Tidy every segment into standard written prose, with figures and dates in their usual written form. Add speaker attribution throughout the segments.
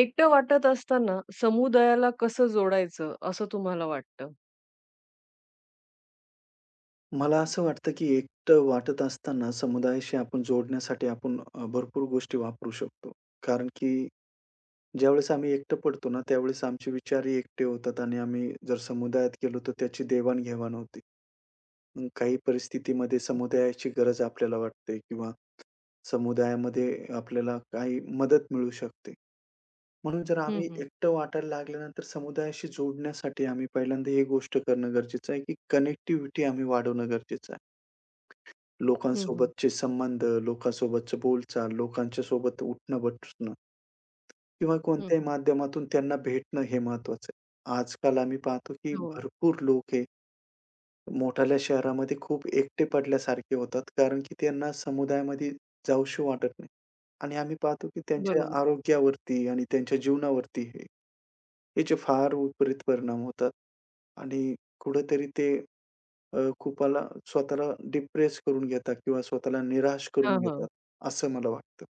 Speaker 1: एकटं वाटत असताना समुदायाला कसं जोडायचं असं तुम्हाला वाटतं?
Speaker 2: मला असं वाटतं, की एकटं वाटत असताना समुदायाशी आपण जोडण्यासाठी भरपूर गोष्टी वापरू शकतो. कारण की ज्यावेळेस आम्ही एकटं पडतो ना, त्यावेळेस आमचे विचारही एकटे होतात आणि आम्ही जर समुदायात गेलो तर त्याची देवाण-घेवाण होते. मग काही परिस्थितीमध्ये समुदायाची गरज आपल्याला वाटते किंवा समुदायामध्ये आपल्याला काही मदत मिळू शकते. म्हणून जर
Speaker 1: हं,
Speaker 2: आम्ही
Speaker 1: हं.
Speaker 2: एकटं वाटायला लागल्यानंतर समुदायाशी जोडण्यासाठी आम्ही पहिल्यांदा ही गोष्ट करणं गरजेचं आहे, की कनेक्टिव्हिटी आम्ही वाढवणं गरजेचं आहे.
Speaker 1: हं, हं.
Speaker 2: लोकांसोबतचे संबंध, लोकांसोबतचं बोलचाल, लोकांच्या सोबत उठणं-बसणं किंवा
Speaker 1: हं,
Speaker 2: कोणत्याही
Speaker 1: हं.
Speaker 2: माध्यमातून त्यांना भेटणं हे महत्वाचं आहे. आजकाल आम्ही पाहतो, की
Speaker 1: हो,
Speaker 2: भरपूर लोक हे मोठाल्या शहरामध्ये खूप एकटे पडल्यासारखे होतात, कारण की त्यांना समुदायामध्ये जावसं वाटत नाही. आणि आम्ही पाहतो, की त्यांच्या
Speaker 1: बरोबर.
Speaker 2: आरोग्यावरती आणि त्यांच्या जीवनावरती हे याचे फार विपरीत परिणाम होतात आणि कुठेतरी ते अ, खूपला स्वतःला डिप्रेस करून घेतात किंवा स्वतःला निराश करून
Speaker 1: हां, हां.
Speaker 2: घेतात, असं मला वाटतं.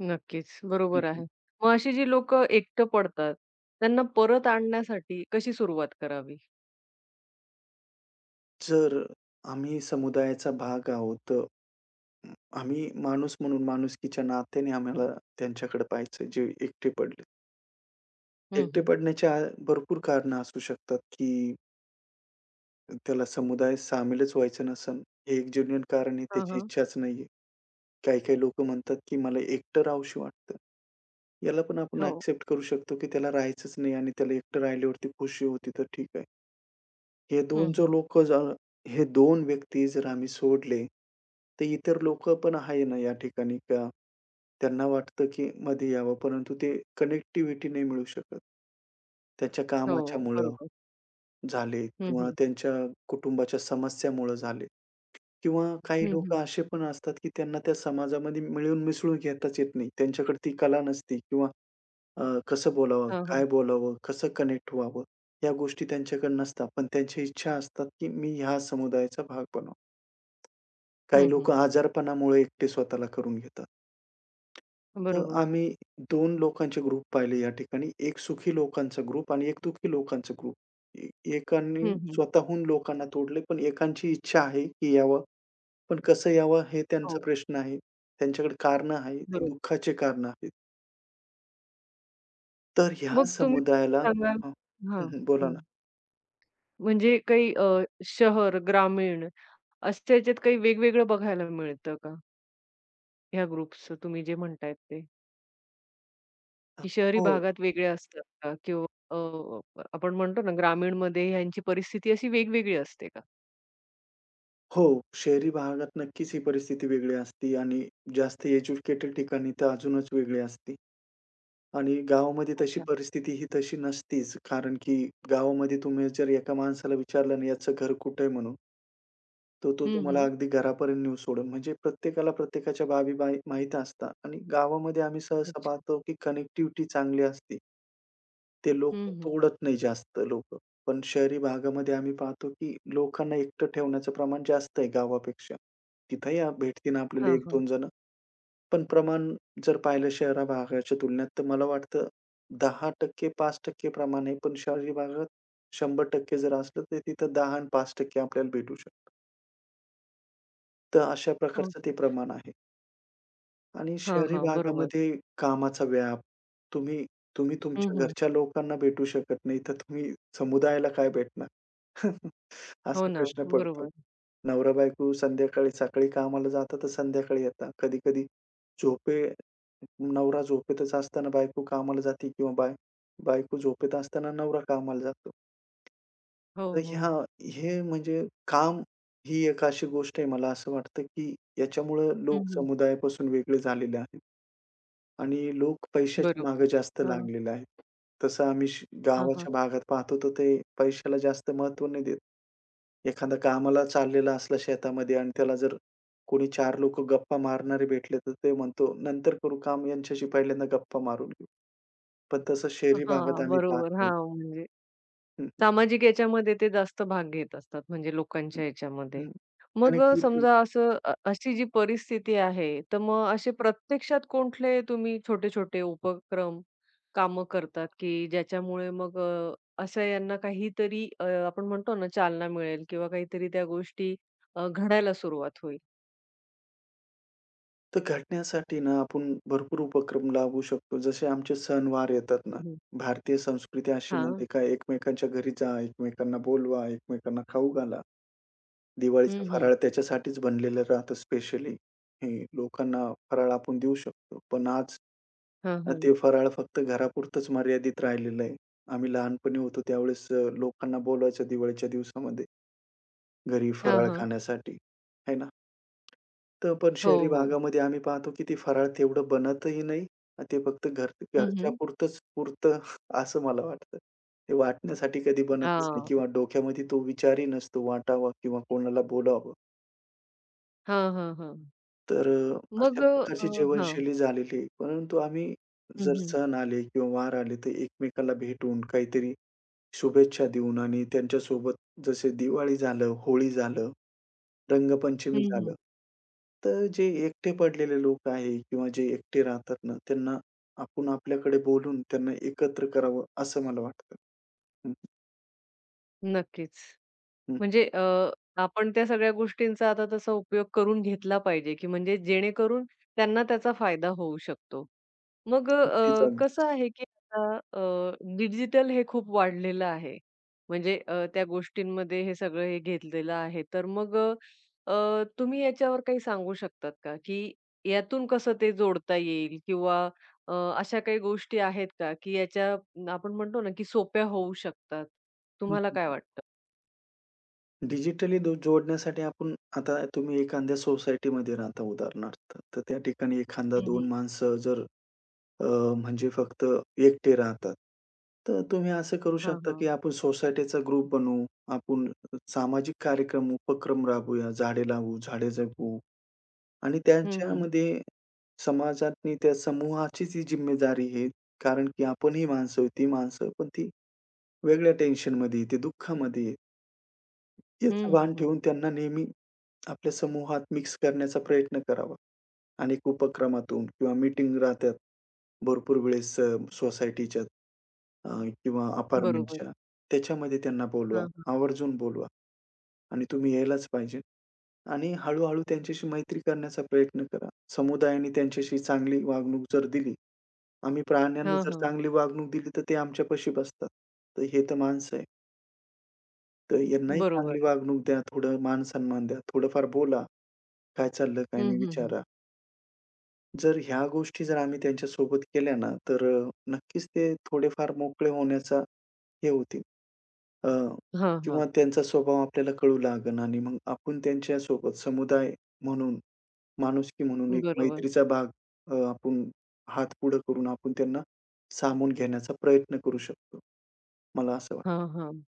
Speaker 1: नक्कीच. बरोबर
Speaker 2: हं.
Speaker 1: आहे. मग अशी जी लोकं एकटं पडतात, त्यांना परत आणण्यासाठी कशी सुरुवात करावी?
Speaker 2: जर आम्ही समुदायाचा भाग आहोत, तर आम्ही माणूस म्हणून माणुसकीच्या नात्याने आम्हाला त्यांच्याकडे पाहायचं जे एकटे पडले.
Speaker 1: हं,
Speaker 2: एकटे
Speaker 1: हं.
Speaker 2: पडण्याच्या भरपूर कारणं असू शकतात, की त्याला समुदायात सामीलच व्हायचं नसेल, हे एक जेन्युइन कारण आहे,
Speaker 1: हां,
Speaker 2: त्याची
Speaker 1: हां.
Speaker 2: इच्छाच नाहीये. काही-काही लोकं म्हणतात, की मला एकटं राहावसं वाटतं. याला पण आपण
Speaker 1: हो.
Speaker 2: एक्सेप्ट करू शकतो, की त्याला राहायचंच नाही आणि त्याला एकटं राहिल्यावरती खुशी होती तर ठीक आहे. हे
Speaker 1: हं,
Speaker 2: 2 जर
Speaker 1: हं.
Speaker 2: लोकं ज हे 2 व्यक्ती जर आम्ही सोडले, तर इतर लोकं पण आहे ना या ठिकाणी का त्यांना वाटतं, की मध्ये यावं, परंतु ते कनेक्टिव्हिटी नाही मिळू शकत. त्याच्या
Speaker 1: हो,
Speaker 2: कामाच्यामुळं
Speaker 1: बरोबर.
Speaker 2: झाले
Speaker 1: हं,
Speaker 2: किंवा
Speaker 1: हं.
Speaker 2: त्यांच्या कुटुंबाच्या समस्यामुळं झाले किंवा काही
Speaker 1: हं, हं.
Speaker 2: लोकं असे पण असतात, की त्यांना त्या समाजामध्ये मिळून मिसळून घेताच येत नाही. त्यांच्याकडे ती कला नसते किंवा कसं बोलावं?
Speaker 1: हां,
Speaker 2: काय
Speaker 1: हां.
Speaker 2: बोलावं? कसं कनेक्ट व्हावं? या गोष्टी त्यांच्याकडे नसतात. पण त्यांची इच्छा असतात, की मी ह्या समुदायाचा भाग बनावं. काही
Speaker 1: हं, हं.
Speaker 2: लोकं आजारपणामुळे एकटे स्वतःला करून घेतात. तर
Speaker 1: बरोबर.
Speaker 2: आम्ही 2 लोकांचे ग्रुप पाहिले या ठिकाणी. एक सुखी लोकांचा ग्रुप आणि एक दुःखी लोकांचा ग्रुप. ए एकाने
Speaker 1: हं, हं.
Speaker 2: स्वतःहून लोकांना तोडले, पण एकांची इच्छा आहे, की यावं. पण कसं यावं हे
Speaker 1: हो,
Speaker 2: त्यांचा प्रश्न आहे. त्यांच्याकडे कारणं आहे. ते
Speaker 1: बरोबर.
Speaker 2: दुःखाचे कारणं आहेत. तर ह्या
Speaker 1: मग तुम्ही
Speaker 2: समुदायाला.
Speaker 1: सांगाल
Speaker 2: हं,
Speaker 1: हां,
Speaker 2: हं. बोला
Speaker 1: हं.
Speaker 2: ना.
Speaker 1: म्हणजे काही शहर, ग्रामीण असं ह्याच्यात काही वेगवेगळं बघायला मिळतं का? ह्या ग्रुप्सचं तुम्ही जे म्हणतायत ते, की शहरी
Speaker 2: हो.
Speaker 1: भागात वेगळे असतात का? किंवा अ, आपण म्हणतो ना ग्रामीणमध्ये ह्यांची परिस्थिती अशी वेगवेगळी असते का?
Speaker 2: हो, शहरी भागात नक्कीच ही परिस्थिती वेगळी असते आणि जास्त एज्युकेटेड ठिकाणी तर अजूनच वेगळी असते आणि गावामध्ये तशी
Speaker 1: अच्छा.
Speaker 2: परिस्थिती ही तशी नसतीच. कारण की गावामध्ये तुम्ही जर एका माणसाला विचारलं ना, याचं घर कुठे आहे म्हणून, तर तो
Speaker 1: हं,
Speaker 2: तुम्हाला
Speaker 1: हं.
Speaker 2: अगदी घरापर्यंत नेऊ सोडेल. म्हणजे प्रत्येकाला प्रत्येकाच्या बाबी माहीत असतात आणि गावामध्ये आम्ही सहसा
Speaker 1: अच्छा.
Speaker 2: पाहतो की कनेक्टिव्हिटी चांगली असते. ते
Speaker 1: हं,
Speaker 2: लोकं
Speaker 1: हं.
Speaker 2: तोडत नाही जास्त लोकं. पण शहरी भागामध्ये आम्ही पाहतो, की लोकांना एकटं ठेवण्याचं प्रमाण जास्त आहे गावापेक्षा. तिथंही भेटतील आपल्याला
Speaker 1: हां, हां.
Speaker 2: 1-2 जण. पण प्रमाण जर पाहिलं शहरा भागाच्या तुलनेत, तर मला वाटतं 10% 5% प्रमाण आहे. पण शहरी भागात 100% जर असलं, तर तिथं 10 आणि 5% आपल्याला भेटू शकतं. तर अशा प्रकारचं ते
Speaker 1: ओके.
Speaker 2: प्रमाण आहे. आणि
Speaker 1: हां,
Speaker 2: शहरी
Speaker 1: हां. बरोबर.
Speaker 2: भागामध्ये कामाचा व्याप, तुम्ही तुम्ही
Speaker 1: हं,
Speaker 2: तुमच्या
Speaker 1: हं.
Speaker 2: घरच्या लोकांना भेटू शकत नाही, तर तुम्ही समुदायाला काय भेटणार?
Speaker 1: हो
Speaker 2: असा
Speaker 1: ना.
Speaker 2: प्रश्न पडतो.
Speaker 1: बरोबर.
Speaker 2: नवरा-बायको संध्याकाळी सकाळी कामाला जातात, तर संध्याकाळी येतात. कधी-कधी झोपे नवरा झोपेतच असताना बायको कामाला जाते किंवा बायको झोपेत असताना नवरा कामाला जातो.
Speaker 1: हो,
Speaker 2: तर
Speaker 1: हो.
Speaker 2: ह्या हे म्हणजे काम ही एक अशी गोष्ट आहे मला असं वाटतं, की याच्यामुळं
Speaker 1: हं,
Speaker 2: लोक
Speaker 1: हं.
Speaker 2: समुदायापासून वेगळे झालेले आहेत. आणि लोक पैशाच्या
Speaker 1: बरोबर.
Speaker 2: मागे जास्त
Speaker 1: हां.
Speaker 2: लागलेले आहेत. तसं आम्ही
Speaker 1: हां, हां.
Speaker 2: गावाच्या भागात पाहतो, तर ते पैशाला जास्त महत्त्व नाही देत. एखादा कामाला चाललेला असला शेतामध्ये आणि त्याला जर कोणी 4 लोकं गप्पा मारणारे भेटले, तर ते म्हणतो, "नंतर करू काम, यांच्याशी पहिल्यांदा गप्पा मारून घेऊ." पण तसं शहरी भागात
Speaker 1: हां,
Speaker 2: आम्ही पाहत
Speaker 1: बरोबर. हां,
Speaker 2: नाही.
Speaker 1: म्हणजे सामाजिक याच्यामध्ये ते जास्त भाग घेत असतात, म्हणजे लोकांच्या याच्यामध्ये. मग
Speaker 2: कनेक्टिव्हिटी
Speaker 1: समजा असं अशी जी परिस्थिती आहे, तर मग असे प्रत्यक्षात कुठले तुम्ही छोटे-छोटे उपक्रम, कामं करतात, की ज्याच्यामुळे मग असं यांना काहीतरी आपण म्हणतो ना चालना मिळेल किंवा काहीतरी त्या गोष्टी घडायला सुरुवात होईल?
Speaker 2: तर घटण्यासाठी ना आपण भरपूर उपक्रम लावू शकतो. जसे आमचे सणवार येतात ना,
Speaker 1: हं, हं.
Speaker 2: भारतीय संस्कृती हं. अशी
Speaker 1: हां.
Speaker 2: म्हणते का एकमेकांच्या घरी जा, एकमेकांना बोलवा, एकमेकांना खाऊ घाला. दिवाळीचं
Speaker 1: हं, हं.
Speaker 2: फराळ त्याच्यासाठीच बनलेलं राहतं स्पेशली. हे लोकांना फराळ आपण देऊ शकतो. पण आज
Speaker 1: हां, हां.
Speaker 2: ते फराळ फक्त घरापुरतंच मर्यादित राहिलेलं आहे. आम्ही लहानपणी होतो त्यावेळेस लोकांना बोलवायचं दिवाळीच्या दिवसामध्ये घरी
Speaker 1: हां,
Speaker 2: फराळ
Speaker 1: हां.
Speaker 2: खाण्यासाठी, है ना? तर पण
Speaker 1: हो,
Speaker 2: शहरी
Speaker 1: हो.
Speaker 2: भागामध्ये आम्ही पाहतो की ते फराळ तेवढं बनतही नाही. ते फक्त
Speaker 1: हं, हं.
Speaker 2: घरच्यापुरतंच पुरतं असं मला वाटतं. ते वाटण्यासाठी कधी बनतच नाही
Speaker 1: हां.
Speaker 2: किंवा डोक्यामध्ये तो विचारही नसतो वाटावा किंवा कोणाला बोलावं.
Speaker 1: हां, हां, हां.
Speaker 2: तर अशा
Speaker 1: मग अ,
Speaker 2: प्रकारची
Speaker 1: हां.
Speaker 2: जीवनशैली झालेली आहे. परंतु आम्ही
Speaker 1: हं,
Speaker 2: जर
Speaker 1: हं.
Speaker 2: सण आले किंवा वार आले तर एकमेकाला भेटून काहीतरी शुभेच्छा देऊन आणि त्यांच्यासोबत जसे दिवाळी झालं, होळी झालं,
Speaker 1: हं,
Speaker 2: रंगपंचमी
Speaker 1: हं.
Speaker 2: झालं. तर जे एकटे पडलेले लोक आहे किंवा जे एकटे राहतात ना, त्यांना आपण आपल्याकडे बोलवून त्यांना एकत्र करावं, असं मला वाटतं. हं,
Speaker 1: नक्कीच.
Speaker 2: हं.
Speaker 1: म्हणजे आपण त्या सगळ्या गोष्टींचा आता तसा उपयोग करून घेतला पाहिजे, की म्हणजे जेणेकरून त्यांना त्याचा फायदा होऊ शकतो. मग
Speaker 2: अगदीच,
Speaker 1: कसं
Speaker 2: अगदीच.
Speaker 1: आहे, की आता डिजिटल हे खूप वाढलेलं आहे. म्हणजे त्या गोष्टींमध्ये हे सगळं हे घेतलेलं आहे. तर मग अ, अ, तुम्ही याच्यावर काही सांगू शकतात का, की यातून कसं ते जोडता येईल किंवा अशा काही गोष्टी आहेत का, की याच्या न, आपण म्हणतो ना, की सोप्या होऊ शकतात?
Speaker 2: हं,
Speaker 1: तुम्हाला
Speaker 2: हं,
Speaker 1: काय
Speaker 2: हं.
Speaker 1: वाटतं?
Speaker 2: डिजिटली जोडण्यासाठी आपण आता तुम्ही एखाद्या सोसायटीमध्ये राहता उदाहरणार्थ, तर त्या ठिकाणी एखादा
Speaker 1: हं,
Speaker 2: 2
Speaker 1: हं.
Speaker 2: माणसं जर अ, म्हणजे फक्त एकटे राहतात, तर तुम्ही असं करू
Speaker 1: हां,
Speaker 2: शकता,
Speaker 1: हां.
Speaker 2: की आपण सोसायटीचा ग्रुप बनवू, आपण सामाजिक कार्यक्रम, उपक्रम राबवूया, झाडे लावू, झाडे जगवू. आणि
Speaker 1: हं, हं.
Speaker 2: त्यांच्यामध्ये समाजातनी त्या समूहाची ती जिम्मेदारी आहे. कारण की आपणही माणसं आहोत, ती माणसं आहोत, पण ती वेगळ्या टेन्शनमध्ये आहे, ते दुःखामध्ये आहे. याचं
Speaker 1: हं, हं,
Speaker 2: भान
Speaker 1: हं.
Speaker 2: ठेवून त्यांना नेहमी आपल्या समूहात मिक्स करण्याचा प्रयत्न करावा. अनेक उपक्रमातून किंवा मीटिंग राहतात भरपूर वेळेस सोसायटीच्या किंवा
Speaker 1: बरोबर.
Speaker 2: अपार्टमेंटच्या. त्याच्यामध्ये त्यांना बोलवा,
Speaker 1: हां, हां.
Speaker 2: आवर्जून बोलवा. आणि तुम्ही यायलाच पाहिजे. आणि हळू-हळू त्यांच्याशी मैत्री करण्याचा प्रयत्न करा. समुदायाने त्यांच्याशी चांगली वागणूक जर दिली, आम्ही प्राण्यांना
Speaker 1: हां,
Speaker 2: जर
Speaker 1: हां.
Speaker 2: चांगली वागणूक दिली, तर ते आमच्यापाशी बसतात. तर हे तर माणसं आहे. तर यांनाही
Speaker 1: बरोबर
Speaker 2: चांगली
Speaker 1: आहे.
Speaker 2: वागणूक द्या, थोडं मान-सन्मान द्या, थोडंफार बोला, काय चाललं, काय
Speaker 1: हं,
Speaker 2: नाही
Speaker 1: हं, हं.
Speaker 2: विचारा. जर ह्या गोष्टी जर आम्ही त्यांच्यासोबत केल्या ना, तर नक्कीच ते थोडेफार मोकळे होण्याचा हे होतील अ,
Speaker 1: हां, हां.
Speaker 2: किंवा त्यांचा स्वभाव आपल्याला कळू लागेल आणि मग आपण त्यांच्यासोबत समुदाय म्हणून माणुसकी म्हणून एक
Speaker 1: बरोबर.
Speaker 2: मैत्रीचा भाग आपण हात पुढे करून आपण त्यांना सामावून घेण्याचा प्रयत्न करू शकतो. मला असं वाटतं.
Speaker 1: हां, हां.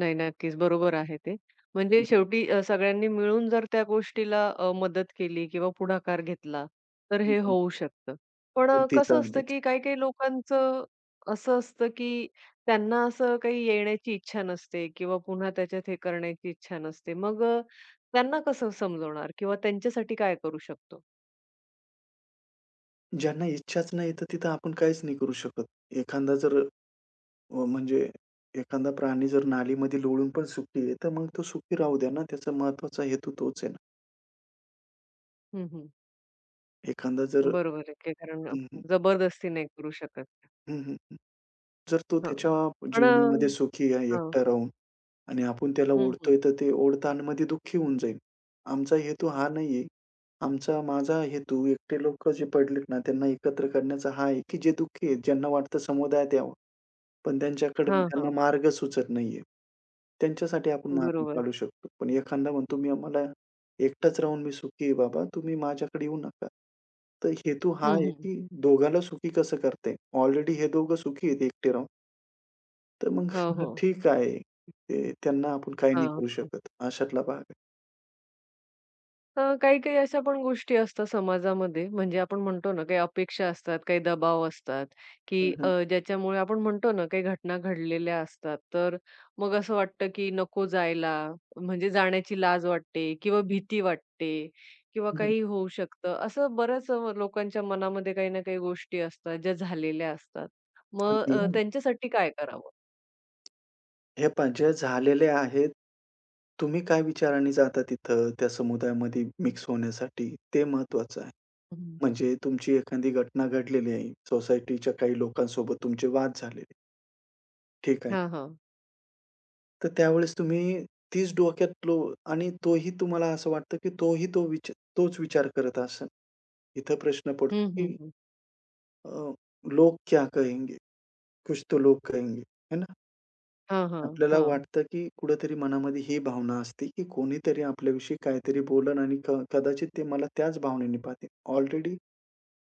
Speaker 1: नाही, नक्कीच. बरोबर आहे ते.
Speaker 2: हं,
Speaker 1: म्हणजे
Speaker 2: हं.
Speaker 1: शेवटी सगळ्यांनी मिळून जर त्या गोष्टीला मदत केली किंवा पुढाकार घेतला, तर हे होऊ शकतं. पण
Speaker 2: अगदीच,
Speaker 1: कसं असतं,
Speaker 2: अगदीच.
Speaker 1: की काही-काही लोकांचं असं असतं, की त्यांना असं काही येण्याची इच्छा नसते किंवा पुन्हा त्याच्यात हे करण्याची इच्छा नसते. मग त्यांना कसं समजवणार किंवा त्यांच्यासाठी काय करू शकतो?
Speaker 2: ज्यांना इच्छाच नाही तर तिथं आपण काहीच नाही करू शकत. एखादा जर म्हणजे एखादा प्राणी जर नालीमध्ये लोळून पण सुखी आहे, तर मग तो सुखी राहू द्या ना. त्याचा महत्त्वाचा हेतू तोच आहे ना.
Speaker 1: हं, हं.
Speaker 2: एखादा जर
Speaker 1: बरोबर आहे, की कारण
Speaker 2: हं, हं.
Speaker 1: जबरदस्ती नाही करू शकत.
Speaker 2: हं, हं, हं. जर तो
Speaker 1: हं.
Speaker 2: त्याच्या
Speaker 1: पण अ,
Speaker 2: जीवनामध्ये सुखी आहे
Speaker 1: हां.
Speaker 2: एकटा राहून आणि आपण त्याला
Speaker 1: हं, हं.
Speaker 2: ओढतोय, तर ते ओढतानामध्ये दुःखी होऊन जाईल. आमचा हेतू हा नाहीये. आमचा माझा हेतू एकटे लोकं जे पडलेत ना, त्यांना एकत्र करण्याचा हा आहे, की जे दुःखी आहेत, ज्यांना वाटतं समुदायात यावं, पण त्यांच्याकडे
Speaker 1: हां,
Speaker 2: त्यांना
Speaker 1: हां.
Speaker 2: मार्ग सुचत नाहीये. त्यांच्यासाठी आपण मार्ग
Speaker 1: बरोबर.
Speaker 2: काढू शकतो. पण एखादा म्हणतो, "मी मला एकटाच राहून मी सुखी आहे बाबा, तुम्ही माझ्याकडे येऊ नका." तर हेतू हा
Speaker 1: हं,
Speaker 2: आहे,
Speaker 1: हं.
Speaker 2: की दोघाला सुखी कसं करता येईल. ऑलरेडी हे दोघं सुखी आहेत एकटे राहून. तर मग
Speaker 1: हो, हो.
Speaker 2: ठीक आहे. ते त्यांना आपण काही नाही
Speaker 1: हां.
Speaker 2: करू शकत. अशातला भाग आहे.
Speaker 1: काही-काही अशा पण गोष्टी असतात समाजामध्ये म्हणजे आपण म्हणतो ना, काही अपेक्षा असतात, काही दबाव असतात, की
Speaker 2: हं, हं.
Speaker 1: ज्याच्यामुळे आपण म्हणतो ना, काही घटना घडलेल्या असतात. तर मग असं वाटतं, की नको जायला, म्हणजे जाण्याची लाज वाटते किंवा भीती वाटते किंवा
Speaker 2: हं,
Speaker 1: काही होऊ शकतं. असं बऱ्याच लोकांच्या मनामध्ये काही ना काही गोष्टी असतात, ज्या झालेल्या असतात. मग
Speaker 2: अगदी, अगदी.
Speaker 1: त्यांच्यासाठी काय करावं?
Speaker 2: हे पहा जे झालेले आहेत, तुम्ही काय विचाराने जाता तिथं त्या समुदायामध्ये मिक्स होण्यासाठी ते महत्वाचं आहे.
Speaker 1: हं.
Speaker 2: म्हणजे तुमची एखादी घटना घडलेली आहे. सोसायटीच्या काही लोकांसोबत तुमचे वाद झालेले. ठीक आहे.
Speaker 1: हां, हां.
Speaker 2: तर त्यावेळेस तुम्ही तीच डोक्यात आणि तोही तुम्हाला असं वाटतं, की तोही तो विच तोच विचार करत असेल. इथं प्रश्न
Speaker 1: हं,
Speaker 2: पडतो,
Speaker 1: हं,
Speaker 2: की
Speaker 1: हं.
Speaker 2: अ, "लोग क्या कहेंगे?" कुछ तो लोग कहेंगे, है ना?
Speaker 1: हां, हां,
Speaker 2: आपल्याला
Speaker 1: हां.
Speaker 2: वाटतं, की कुठेतरी मनामध्ये ही भावना असते, की कोणीतरी आपल्याविषयी काहीतरी बोलेल आणि कदाचित ते मला त्याच भावनेने पाहतील. ऑलरेडी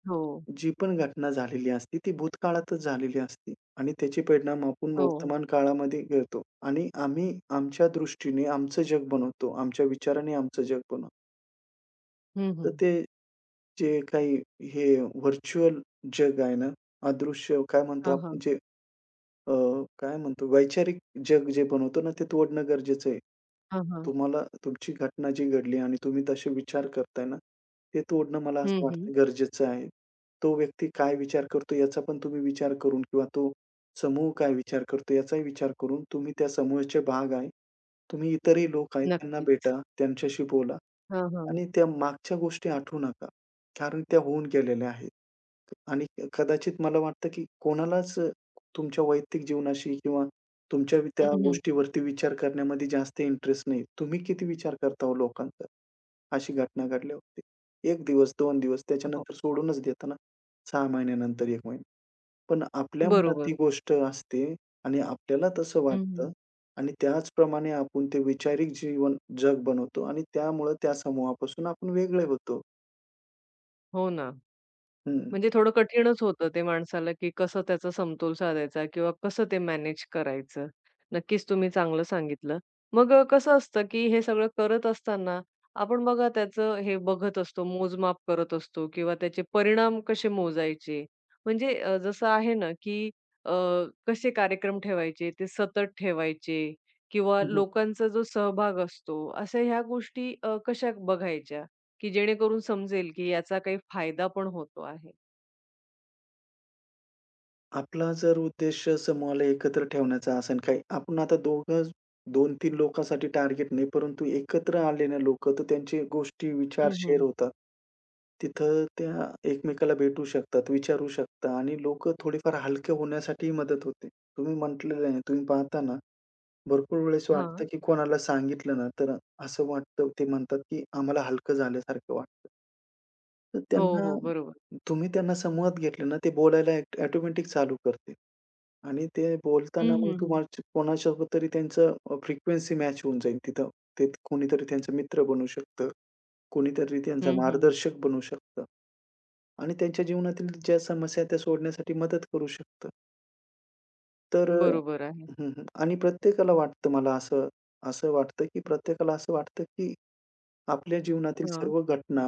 Speaker 1: हो,
Speaker 2: जी पण घटना झालेली असते, ती भूतकाळातच झालेली असते आणि त्याचे परिणाम आपण
Speaker 1: हो.
Speaker 2: वर्तमान काळामध्ये घेतो आणि आम्ही आमच्या दृष्टीने आमचं जग बनवतो, आमच्या विचाराने आमचं जग बनवतो.
Speaker 1: हं,
Speaker 2: तर
Speaker 1: हं.
Speaker 2: ते जे काही हे व्हर्चुअल जग आहे ना, अदृश्य काय म्हणतो
Speaker 1: हां,
Speaker 2: आपण
Speaker 1: हां.
Speaker 2: जे अ, काय म्हणतो वैचारिक जग जे बनवतो ना, ते तोडणं गरजेचं आहे.
Speaker 1: हां, हां.
Speaker 2: तुम्हाला तुमची घटना जी घडली आणि तुम्ही तसे विचार करताय ना, ते तोडणं मला
Speaker 1: हं,
Speaker 2: असं
Speaker 1: हं.
Speaker 2: वाटतं गरजेचं आहे. तो व्यक्ती काय विचार करतो याचा पण तुम्ही विचार करून किंवा तो समूह काय विचार करतो याचाही विचार करून तुम्ही त्या समूहाचे भाग आहे. तुम्ही इतरही लोक आहेत त्यांना
Speaker 1: नक्कीच.
Speaker 2: भेटा, त्यांच्याशी बोला
Speaker 1: हां, हां.
Speaker 2: आणि त्या मागच्या गोष्टी आठवू नका. कारण त्या होऊन गेलेल्या आहेत आणि कदाचित मला वाटतं, की कोणालाच तुमच्या वैयक्तिक जीवनाशी किंवा तुमच्या
Speaker 1: हं,
Speaker 2: त्या
Speaker 1: हं.
Speaker 2: गोष्टीवरती विचार करण्यामध्ये जास्त इंटरेस्ट नाही. तुम्ही किती विचार करता हो लोकांचा? अशी घटना घडल्यावरती. 1 दिवस, 2 दिवस
Speaker 1: हो.
Speaker 2: त्याच्यानंतर सोडूनच देता ना. महिन्यानंतर 1 महिना. पण आपल्या मनात ती
Speaker 1: बरोबर.
Speaker 2: गोष्ट असते आणि आपल्याला तसं
Speaker 1: हं, हं.
Speaker 2: वाटतं आणि त्याचप्रमाणे आपण ते वैचारिक जीवन जग बनवतो आणि त्यामुळं त्या समूहापासून आपण वेगळे होतो.
Speaker 1: हो ना.
Speaker 2: हं.
Speaker 1: म्हणजे थोडं कठीणच होतं ते माणसाला, की कसं त्याचा समतोल साधायचा किंवा कसं ते मॅनेज करायचं. नक्कीच तुम्ही चांगलं सांगितलं. मग कसं असतं, की हे सगळं करत असताना आपण बघा त्याचं हे बघत असतो, मोजमाप करत असतो किंवा त्याचे परिणाम कसे मोजायचे. म्हणजे जसं आहे ना, की अ, कसे कार्यक्रम ठेवायचे, ते सतत ठेवायचे किंवा लोकांचा जो सहभाग असतो, अशा ह्या गोष्टी कशा बघायच्या, की जेणेकरून समजेल, की याचा काही फायदा पण होतो आहे?
Speaker 2: आपला जर उद्देश समूहाला एकत्र ठेवण्याचा असेल काही आपण आता दोघं 2-3 लोकांसाठी टार्गेट नाही, परंतु एकत्र आलेले लोकं तर त्यांचे गोष्टी, विचार
Speaker 1: हं, हं.
Speaker 2: शेअर होतात. तिथं त्या एकमेकाला भेटू शकतात, विचारू शकतात आणि लोकं थोडीफार हलके होण्यासाठी मदत होते. तुम्ही म्हटलेलं आहे, तुम्ही पाहता ना, भरपूर वेळेस वाटतं
Speaker 1: हां.
Speaker 2: की कोणाला सांगितलं ना, तर असं वाटतं ते म्हणतात की आम्हाला हलकं झाल्यासारखं वाटतं. तर
Speaker 1: हो,
Speaker 2: त्यांना
Speaker 1: हो. बरोबर.
Speaker 2: तुम्ही त्यांना समूहात घेतलं ना, ते बोलायला ॲट ऑटोमॅटिक चालू करतील आणि ते
Speaker 1: हं,
Speaker 2: बोलताना मग
Speaker 1: हं, हं.
Speaker 2: तुम्हाला कोणासोबत तरी त्यांचं फ्रिक्वेन्सी मॅच होऊन जाईल तिथं. ते कोणीतरी त्यांचा मित्र बनू शकतं, कोणीतरी त्यांचा
Speaker 1: हं, हं.
Speaker 2: मार्गदर्शक बनू शकतं आणि त्यांच्या जीवनातील ज्या समस्या त्या सोडण्यासाठी मदत करू शकतं. तर
Speaker 1: बरोबर आहे.
Speaker 2: हं, हं. आणि प्रत्येकाला वाटतं मला असं असं वाटतं, की प्रत्येकाला असं वाटतं, की आपल्या जीवनातील
Speaker 1: हां,
Speaker 2: सर्व घटना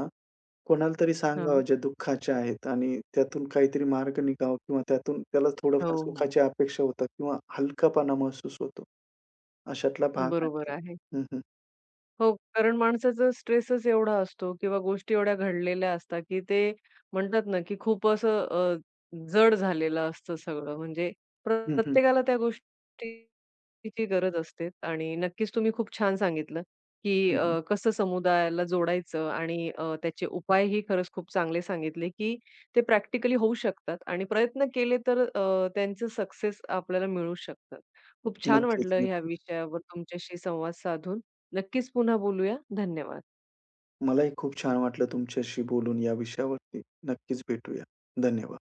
Speaker 2: कोणाला तरी सांगावं
Speaker 1: हां.
Speaker 2: ज्या दुःखाच्या आहेत आणि त्यातून काहीतरी मार्ग निघावा किंवा त्यातून त्याला
Speaker 1: हो,
Speaker 2: थोडंफार
Speaker 1: हो.
Speaker 2: सुखाची अपेक्षा होतात किंवा हलकापणा महसूस होतो. अशातला भाग आहे
Speaker 1: बरोबर
Speaker 2: तो.
Speaker 1: आहे.
Speaker 2: हं, हं.
Speaker 1: हो, कारण माणसाचा स्ट्रेसच एवढा असतो किंवा गोष्टी एवढ्या घडलेल्या असतात, की ते म्हणतात ना, की खूप जड झालेलं असतं सगळं. म्हणजे
Speaker 2: हं, हं.
Speaker 1: प्रत्येकाला त्या गोष्टीची गरज असते आणि नक्कीच तुम्ही खूप छान सांगितलं, की
Speaker 2: हं, हं.
Speaker 1: कसं समुदायाला जोडायचं आणि त्याचे उपायही खरंच खूप चांगले सांगितले, की ते प्रॅक्टिकली होऊ शकतात आणि प्रयत्न केले तर त्यांचं सक्सेस आपल्याला मिळू शकतात. खूप छान
Speaker 2: नक्कीच,
Speaker 1: वाटलं ह्या
Speaker 2: नक्कीच.
Speaker 1: विषयावर तुमच्याशी संवाद साधून नक्कीच पुन्हा बोलूया. धन्यवाद.
Speaker 2: मलाही खूप छान वाटलं तुमच्याशी बोलून या विषयावरती. नक्कीच भेटूया. धन्यवाद.